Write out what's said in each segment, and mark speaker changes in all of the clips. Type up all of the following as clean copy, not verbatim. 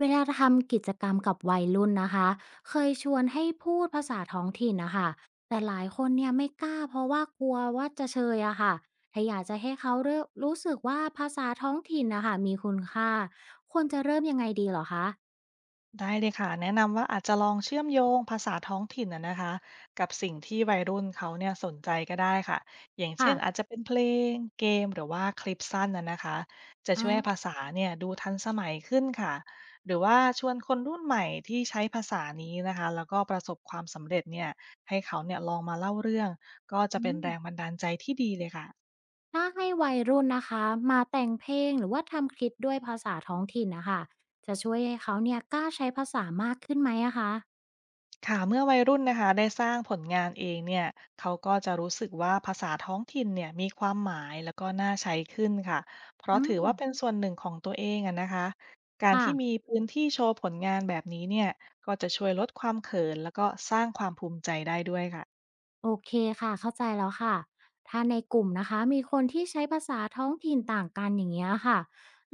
Speaker 1: เวลาทำกิจกรรมกับวัยรุ่นนะคะเคยชวนให้พูดภาษาท้องถิ่นนะคะแต่หลายคนเนี่ยไม่กล้าเพราะว่ากลัวว่าจะเชยอะค่ะถ้าอยากจะให้เขาเริ่มรู้สึกว่าภาษาท้องถิ่นนะคะมีคุณค่าควรจะเริ่มยังไงดีเหรอคะ
Speaker 2: ได้เลยค่ะแนะนำว่าอาจจะลองเชื่อมโยงภาษาท้องถิ่นนะคะกับสิ่งที่วัยรุ่นเขาเนี่ยสนใจก็ได้ค่ะอย่างเช่
Speaker 1: ค่ะ
Speaker 2: นอาจจะเป็นเพลงเกมหรือว่าคลิปสั้นนะคะจะ
Speaker 1: อ่า
Speaker 2: ช่วยให้ภาษาเนี่ยดูทันสมัยขึ้นค่ะหรือว่าชวนคนรุ่นใหม่ที่ใช้ภาษานี้นะคะแล้วก็ประสบความสำเร็จเนี่ยให้เขาเนี่ยลองมาเล่าเรื่องก็จะ
Speaker 1: อื
Speaker 2: เป็น
Speaker 1: ม
Speaker 2: แรงบันดาลใจที่ดีเลยค่ะ
Speaker 1: ถ้าให้วัยรุ่นนะคะมาแต่งเพลงหรือว่าทำคลิปด้วยภาษาท้องถิ่นนะคะจะช่วยให้เขาเนี่ยกล้าใช้ภาษามากขึ้นไหมอะคะ
Speaker 2: ค่ะเมื่อวัยรุ่นนะคะได้สร้างผลงานเองเนี่ยเขาก็จะรู้สึกว่าภาษาท้องถิ่นเนี่ยมีความหมายแล้วก็น่าใช้ขึ้นค่ะเพราะ
Speaker 1: อื
Speaker 2: ถือ
Speaker 1: ม
Speaker 2: ว่าเป็นส่วนหนึ่งของตัวเองอะนะคะการ
Speaker 1: ค่ะ
Speaker 2: ที่มีพื้นที่โชว์ผลงานแบบนี้เนี่ยก็จะช่วยลดความเขินแล้วก็สร้างความภูมิใจได้ด้วยค่ะ
Speaker 1: โอเคค่ะเข้าใจแล้วค่ะถ้าในกลุ่มนะคะมีคนที่ใช้ภาษาท้องถิ่นต่างกันอย่างเงี้ยค่ะ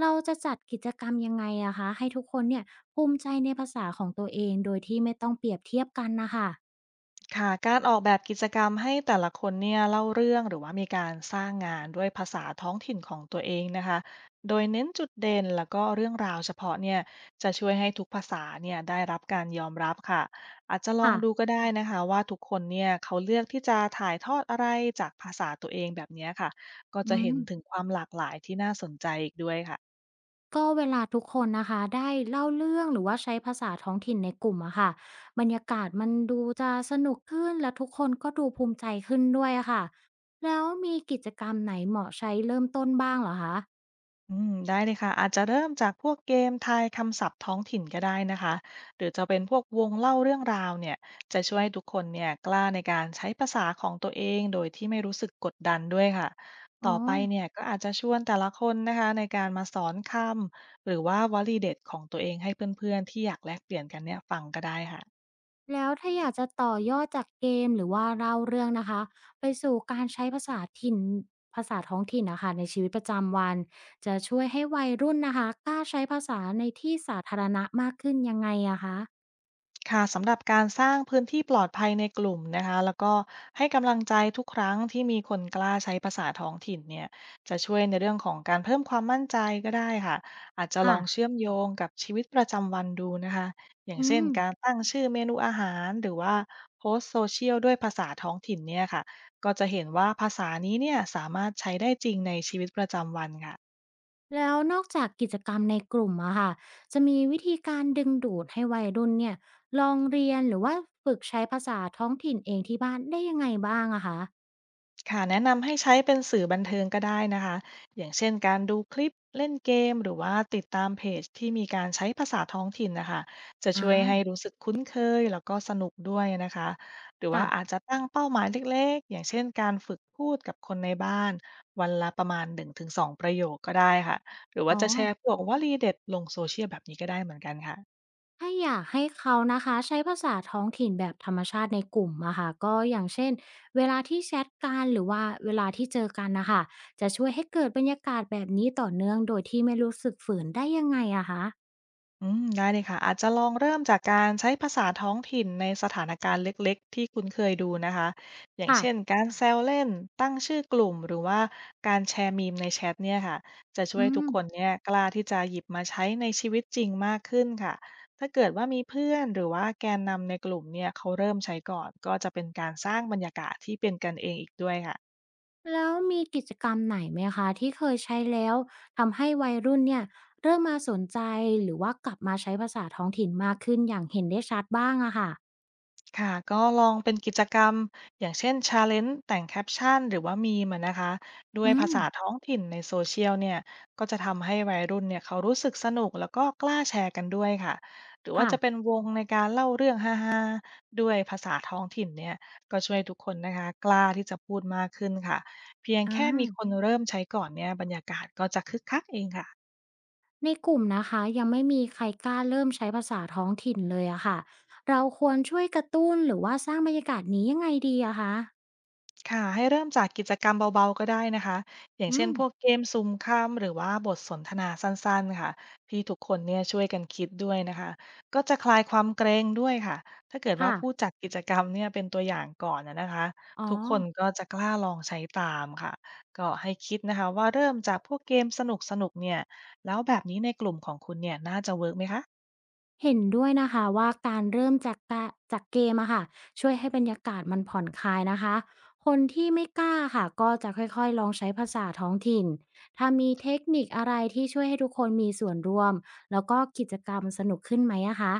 Speaker 1: เราจะจัดกิจกรรมยังไงอะคะให้ทุกคนเนี่ยภูมิใจในภาษาของตัวเองโดยที่ไม่ต้องเปรียบเทียบกันนะคะ
Speaker 2: ค่ะการออกแบบกิจกรรมให้แต่ละคนเนี่ยเล่าเรื่องหรือว่ามีการสร้างงานด้วยภาษาท้องถิ่นของตัวเองนะคะ โดยเน้นจุดเด่นแล้วก็เรื่องราวเฉพาะเนี่ยจะช่วยให้ทุกภาษาเนี่ยได้รับการยอมรับค่ะอาจจะลอง
Speaker 1: ค่ะ
Speaker 2: ดูก็ได้นะคะว่าทุกคนเนี่ยเขาเลือกที่จะถ่ายทอดอะไรจากภาษาตัวเองแบบเนี้ยค่ะก็จะ
Speaker 1: อื
Speaker 2: เห็
Speaker 1: ม
Speaker 2: นถึงความหลากหลายที่น่าสนใจอีกด้วยค่ะ
Speaker 1: ก็เวลาทุกคนนะคะได้เล่าเรื่องหรือว่าใช้ภาษาท้องถิ่นในกลุ่มอะค่ะบรรยากาศมันดูจะสนุกขึ้นและทุกคนก็ดูภูมิใจขึ้นด้วยอะค่ะแล้วมีกิจกรรมไหนเหมาะใช้เริ่มต้นบ้างเหรอคะ
Speaker 2: อืมได้เลยค่ะอาจจะเริ่มจากพวกเกมทายคำศัพท์ท้องถิ่นก็ได้นะคะหรือจะเป็นพวกวงเล่าเรื่องราวเนี่ยจะช่วยให้ทุกคนเนี่ยกล้าในการใช้ภาษาของตัวเองโดยที่ไม่รู้สึกกดดันด้วยค่ะ
Speaker 1: อ๋อ
Speaker 2: ต่อไปเนี่ยก็อาจจะชวนแต่ละคนนะคะในการมาสอนคำหรือว่าวลีเด็ดของตัวเองให้เพื่อนๆที่อยากแลกเปลี่ยนกันเนี่ยฟังก็ได้ค่ะ
Speaker 1: แล้วถ้าอยากจะต่อยอดจากเกมหรือว่าเล่าเรื่องนะคะไปสู่การใช้ภาษาถิ่นภาษาท้องถิ่นนะคะในชีวิตประจำวันจะช่วยให้วัยรุ่นนะคะกล้าใช้ภาษาในที่สาธารณะมากขึ้นยังไงอะคะ
Speaker 2: ค่ะสำหรับการสร้างพื้นที่ปลอดภัยในกลุ่มนะคะแล้วก็ให้กำลังใจทุกครั้งที่มีคนกล้าใช้ภาษาท้องถิ่นเนี่ยจะช่วยในเรื่องของการเพิ่มความมั่นใจก็ได้ค่ะอาจจะล
Speaker 1: ค่ะ
Speaker 2: องเชื่อมโยงกับชีวิตประจำวันดูนะคะอย่าง
Speaker 1: อื
Speaker 2: เช่น
Speaker 1: ม
Speaker 2: การตั้งชื่อเมนูอาหารหรือว่าโพสต์โซเชียลด้วยภาษาท้องถิ่นเนี่ยค่ะก็จะเห็นว่าภาษานี้เนี่ยสามารถใช้ได้จริงในชีวิตประจำวันค่ะ
Speaker 1: แล้วนอกจากกิจกรรมในกลุ่มอะค่ะจะมีวิธีการดึงดูดให้วัยรุ่นเนี่ยลองเรียนหรือว่าฝึกใช้ภาษาท้องถิ่นเองที่บ้านได้ยังไงบ้างอะคะ
Speaker 2: ค่ะแนะนำให้ใช้เป็นสื่อบันเทิงก็ได้นะคะอย่างเช่นการดูคลิปเล่นเกมหรือว่าติดตามเพจที่มีการใช้ภาษาท้องถิ่นนะคะจะ
Speaker 1: อา
Speaker 2: ช่วยให้รู้สึกคุ้นเคยแล้วก็สนุกด้วยนะคะหรือ
Speaker 1: ค่ะ
Speaker 2: ว่าอาจจะตั้งเป้าหมายเล็กๆอย่างเช่นการฝึกพูดกับคนในบ้านวันละประมาณ1-2ประโยคก็ได้ค่ะหรือ
Speaker 1: อ๋
Speaker 2: ว่า
Speaker 1: อ
Speaker 2: จะแชร์พวกวลีเด็ดลงโซเชียลแบบนี้ก็ได้เหมือนกันค่ะ
Speaker 1: ถ้าอยากให้เขานะคะใช้ภาษาท้องถิ่นแบบธรรมชาติในกลุ่มอะค่ะก็อย่างเช่นเวลาที่แชทกันหรือว่าเวลาที่เจอกันนะคะจะช่วยให้เกิดบรรยากาศแบบนี้ต่อเนื่องโดยที่ไม่รู้สึกฝืนได้ยังไงอะคะ
Speaker 2: อืมได้เลยค่ะอาจจะลองเริ่มจากการใช้ภาษาท้องถิ่นในสถานการณ์เล็กๆที่คุณเคยดูนะคะอย่าง
Speaker 1: ค่ะ
Speaker 2: เช่นการแซวเล่นตั้งชื่อกลุ่มหรือว่าการแชร์มีมในแชทเนี่ยค่ะจะช่
Speaker 1: อื
Speaker 2: วยทุก
Speaker 1: ม
Speaker 2: คนเนี่ยกล้าที่จะหยิบมาใช้ในชีวิตจริงมากขึ้นค่ะถ้าเกิดว่ามีเพื่อนหรือว่าแกนนำในกลุ่มเนี่ยเขาเริ่มใช้ก่อนก็จะเป็นการสร้างบรรยากาศที่เป็นกันเองอีกด้วยค่ะ
Speaker 1: แล้วมีกิจกรรมไหนไหมคะที่เคยใช้แล้วทำให้วัยรุ่นเนี่ยเริ่มมาสนใจหรือว่ากลับมาใช้ภาษาท้องถิ่นมากขึ้นอย่างเห็นได้ชัดบ้างอะค่ะ
Speaker 2: ค่ะก็ลองเป็นกิจกรรมอย่างเช่น Challenge แต่งแคปชั่นหรือว่ามีมอะนะคะด้วย
Speaker 1: อื
Speaker 2: ภา
Speaker 1: ม
Speaker 2: ษาท้องถิ่นในโซเชียลเนี่ยก็จะทำให้วัยรุ่นเนี่ยเขารู้สึกสนุกแล้วก็กล้าแชร์กันด้วยค่ะหรือว่า
Speaker 1: ค่ะ
Speaker 2: จะเป็นวงในการเล่าเรื่องฮาๆด้วยภาษาท้องถิ่นเนี่ยก็ช่วยให้ทุกคนนะคะกล้าที่จะพูดมากขึ้นค่ะเพียง
Speaker 1: อ่
Speaker 2: แค่มีค
Speaker 1: า
Speaker 2: นเริ่มใช้ก่อนเนี่ยบรรยากาศก็จะคึกคักเองค่ะ
Speaker 1: ในกลุ่มนะคะยังไม่มีใครกล้าเริ่มใช้ภาษาท้องถิ่นเลยอะค่ะเราควรช่วยกระตุ้นหรือว่าสร้างบรรยากาศนี้ยังไงดีอะคะ
Speaker 2: ค่ะให้เริ่มจากกิจกรรมเบาๆก็ได้นะคะอย่าง
Speaker 1: อื
Speaker 2: เช่น
Speaker 1: ม
Speaker 2: พวกเกมซุ่มคำหรือว่าบทสนทนาสั้นๆค่ะที่ทุกคนเนี่ยช่วยกันคิดด้วยนะคะก็จะคลายความเกรงด้วยค่ะถ้าเกิดว่า
Speaker 1: ค่ะ
Speaker 2: ผู้จัดกิจกรรมเนี่ยเป็นตัวอย่างก่อนนะคะ
Speaker 1: อ๋อ
Speaker 2: ทุกคนก็จะกล้าลองใช้ตามค่ะก็ให้คิดนะคะว่าเริ่มจากพวกเกมสนุกๆเนี่ยแล้วแบบนี้ในกลุ่มของคุณเนี่ยน่าจะเวิร์กไหมคะ
Speaker 1: เห็นด้วยนะคะว่าการเริ่มจากจากเกมอะค่ะช่วยให้บรรยากาศมันผ่อนคลายนะคะคนที่ไม่กล้าค่ะก็จะค่อยๆลองใช้ภาษาท้องถิ่นถ้ามีเทคนิคอะไรที่ช่วยให้ทุกคนมีส่วนร่วมแล้วก็กิจกรรมสนุกขึ้นไหมอะคะ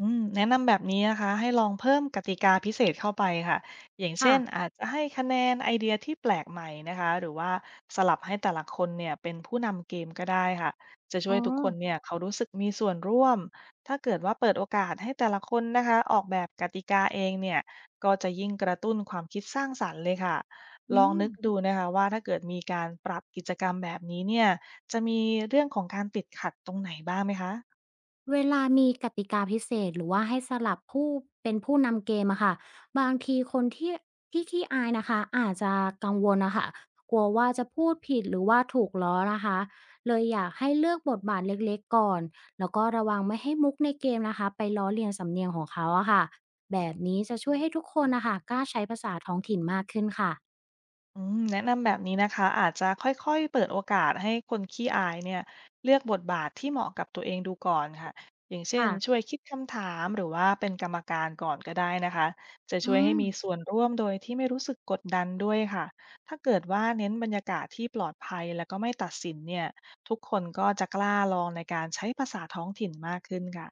Speaker 2: แนะนำแบบนี้นะคะให้ลองเพิ่มกติกาพิเศษเข้าไปค่ะอย่าง
Speaker 1: ค่ะ
Speaker 2: เช่นอาจจะให้คะแนนไอเดียที่แปลกใหม่นะคะหรือว่าสลับให้แต่ละคนเนี่ยเป็นผู้นำเกมก็ได้ค่ะจะช่
Speaker 1: อ๋อ
Speaker 2: วยทุกคนเนี่ยเขารู้สึกมีส่วนร่วมถ้าเกิดว่าเปิดโอกาสให้แต่ละคนนะคะออกแบบกติกาเองเนี่ยก็จะยิ่งกระตุ้นความคิดสร้างสรรค์เลยค่ะ
Speaker 1: อื
Speaker 2: ลอง
Speaker 1: ม
Speaker 2: นึกดูนะคะว่าถ้าเกิดมีการปรับกิจกรรมแบบนี้เนี่ยจะมีเรื่องของการติดขัดตรงไหนบ้างไหมคะ
Speaker 1: เวลามีกติกาพิเศษหรือว่าให้สลับเป็นผู้นำเกมอะค่ะบางทีคนที่ขี้อายนะคะอาจจะกังวลนะคะกลัวว่าจะพูดผิดหรือว่าถูกล้อนะคะเลยอยากให้เลือกบทบาทเล็กๆก่อนแล้วก็ระวังไม่ให้มุกในเกมนะคะไปล้อเลียนสำเนียงของเขาอะค่ะแบบนี้จะช่วยให้ทุกคนนะคะกล้าใช้ภาษาท้องถิ่นมากขึ้นค่ะ
Speaker 2: แนะนำแบบนี้นะคะอาจจะค่อยๆเปิดโอกาสให้คนขี้อายเนี่ยเลือกบทบาทที่เหมาะกับตัวเองดูก่อนค่ะอย่างเช่น
Speaker 1: ค่ะ
Speaker 2: ช่วยคิดคำถามหรือว่าเป็นกรรมการก่อนก็ได้นะคะจะช่
Speaker 1: อื
Speaker 2: วยให้
Speaker 1: ม
Speaker 2: มีส่วนร่วมโดยที่ไม่รู้สึกกดดันด้วยค่ะถ้าเกิดว่าเน้นบรรยากาศที่ปลอดภัยแล้วก็ไม่ตัดสินเนี่ยทุกคนก็จะกล้าลองในการใช้ภาษาท้องถิ่นมากขึ้นค่ะ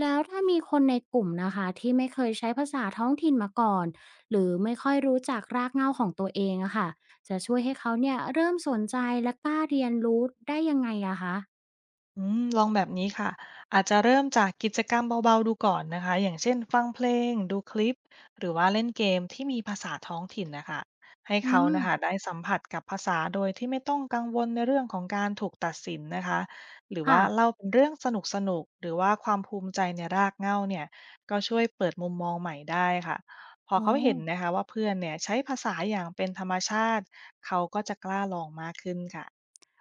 Speaker 1: แล้วถ้ามีคนในกลุ่มนะคะที่ไม่เคยใช้ภาษาท้องถิ่นมาก่อนหรือไม่ค่อยรู้จักรากเหง้าของตัวเองอะค่ะจะช่วยให้เขาเนี่ยเริ่มสนใจและกล้าเรียนรู้ได้ยังไงอะคะ
Speaker 2: ลองแบบนี้ค่ะอาจจะเริ่มจากกิจกรรมเบาๆดูก่อนนะคะอย่างเช่นฟังเพลงดูคลิปหรือว่าเล่นเกมที่มีภาษาท้องถิ่นนะคะให้
Speaker 1: อื
Speaker 2: เขา
Speaker 1: ม
Speaker 2: นะคะได้สัมผัสกับภาษาโดยที่ไม่ต้องกังวลในเรื่องของการถูกตัดสินนะคะหรือ
Speaker 1: ค่ะ
Speaker 2: ว่าเล่าเป็นเรื่องสนุกๆหรือว่าความภูมิใจในรากเหง้าเนี่ยก็ช่วยเปิดมุมมองใหม่ได้ค่ะพอ
Speaker 1: อ๋อ
Speaker 2: เขาเห็นนะคะว่าเพื่อนเนี่ยใช้ภาษาอย่างเป็นธรรมชาติเขาก็จะกล้าลองมากขึ้นค่ะ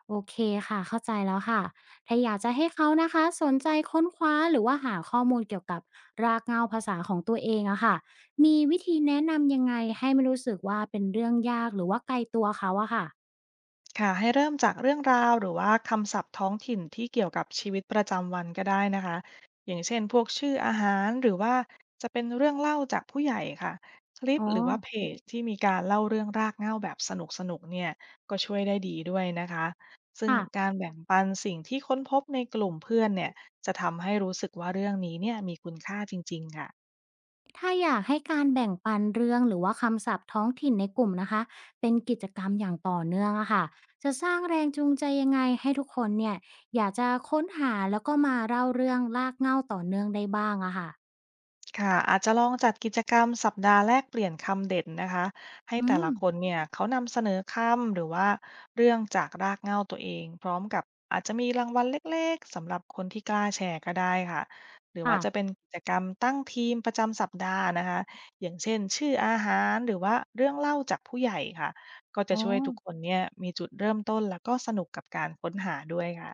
Speaker 1: โอเคค่ะเข้าใจแล้วค่ะถ้าอยากจะให้เขานะคะสนใจค้นคว้าหรือว่าหาข้อมูลเกี่ยวกับรากเหง้าภาษาของตัวเองอะค่ะมีวิธีแนะนำยังไงให้ไม่รู้สึกว่าเป็นเรื่องยากหรือว่าไกลตัวเขาอะค่ะ
Speaker 2: ค่ะให้เริ่มจากเรื่องราวหรือว่าคำศัพท์ท้องถิ่นที่เกี่ยวกับชีวิตประจำวันก็ได้นะคะอย่างเช่นพวกชื่ออาหารหรือว่าจะเป็นเรื่องเล่าจากผู้ใหญ่ค่ะคลิป
Speaker 1: อ๋อ
Speaker 2: หรือว่าเพจที่มีการเล่าเรื่องรากเหง้าแบบสนุกสนุกเนี่ยก็ช่วยได้ดีด้วยนะคะซึ่ง
Speaker 1: ค่ะ
Speaker 2: การแบ่งปันสิ่งที่ค้นพบในกลุ่มเพื่อนเนี่ยจะทำให้รู้สึกว่าเรื่องนี้เนี่ยมีคุณค่าจริงๆค่ะ
Speaker 1: ถ้าอยากให้การแบ่งปันเรื่องหรือว่าคำศัพท์ท้องถิ่นในกลุ่มนะคะเป็นกิจกรรมอย่างต่อเนื่องอะค่ะจะสร้างแรงจูงใจยังไงให้ทุกคนเนี่ยอยากจะค้นหาแล้วก็มาเล่าเรื่องลากเหง้าต่อเนื่องได้บ้างอะค่ะ
Speaker 2: ค่ะอาจจะลองจัดกิจกรรมสัปดาห์แลกเปลี่ยนคำเด่นนะคะให้
Speaker 1: อื
Speaker 2: แต่
Speaker 1: ม
Speaker 2: ละคนเนี่ยเขานำเสนอคำหรือว่าเรื่องจากรากเหง้าตัวเองพร้อมกับอาจจะมีรางวัลเล็กๆสำหรับคนที่กล้าแชร์ก็ได้ค่ะหรือว่า
Speaker 1: ค่ะ
Speaker 2: จะเป็นกิจกรรมตั้งทีมประจำสัปดาห์นะคะอย่างเช่นชื่ออาหารหรือว่าเรื่องเล่าจากผู้ใหญ่ค่ะก็จะ
Speaker 1: อ๋อ
Speaker 2: ช่วยทุกคนเนี่ยมีจุดเริ่มต้นแล้วก็สนุกกับการค้นหาด้วยค่ะ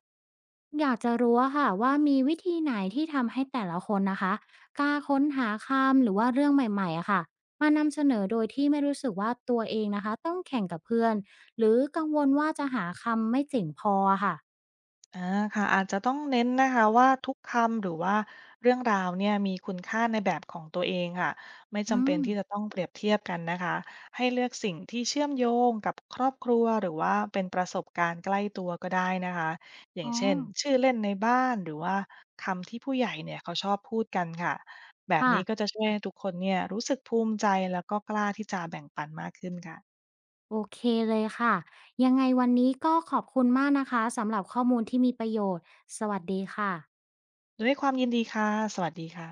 Speaker 1: อยากจะรู้อะค่ะว่ามีวิธีไหนที่ทำให้แต่ละคนนะคะกล้าค้นหาคำหรือว่าเรื่องใหม่ๆอะค่ะมานำเสนอโดยที่ไม่รู้สึกว่าตัวเองนะคะต้องแข่งกับเพื่อนหรือกังวลว่าจะหาคำไม่เจ๋งพออะค่ะ
Speaker 2: อาค่ะอาจจะต้องเน้นนะคะว่าทุกคำหรือว่าเรื่องราวเนี่ยมีคุณค่าในแบบของตัวเองค่ะไม่
Speaker 1: อื
Speaker 2: จำเป็น
Speaker 1: ม
Speaker 2: ที่จะต้องเปรียบเทียบกันนะคะให้เลือกสิ่งที่เชื่อมโยงกับครอบครัวหรือว่าเป็นประสบการณ์ใกล้ตัวก็ได้นะคะอย่าง
Speaker 1: อ๋อ
Speaker 2: เช่นชื่อเล่นในบ้านหรือว่าคำที่ผู้ใหญ่เนี่ยเขาชอบพูดกันค่ะแบบ
Speaker 1: ค่ะ
Speaker 2: นี้ก็จะช่วยให้ทุกคนเนี่ยรู้สึกภูมิใจแล้วก็กล้าที่จะแบ่งปันมากขึ้นค่ะ
Speaker 1: โอเคเลยค่ะ ยังไงวันนี้ก็ขอบคุณมากนะคะสำหรับข้อมูลที่มีประโยชน์ สวัสดีค่ะ
Speaker 2: ด้วยความยินดีค่ะสวัสดีค่ะ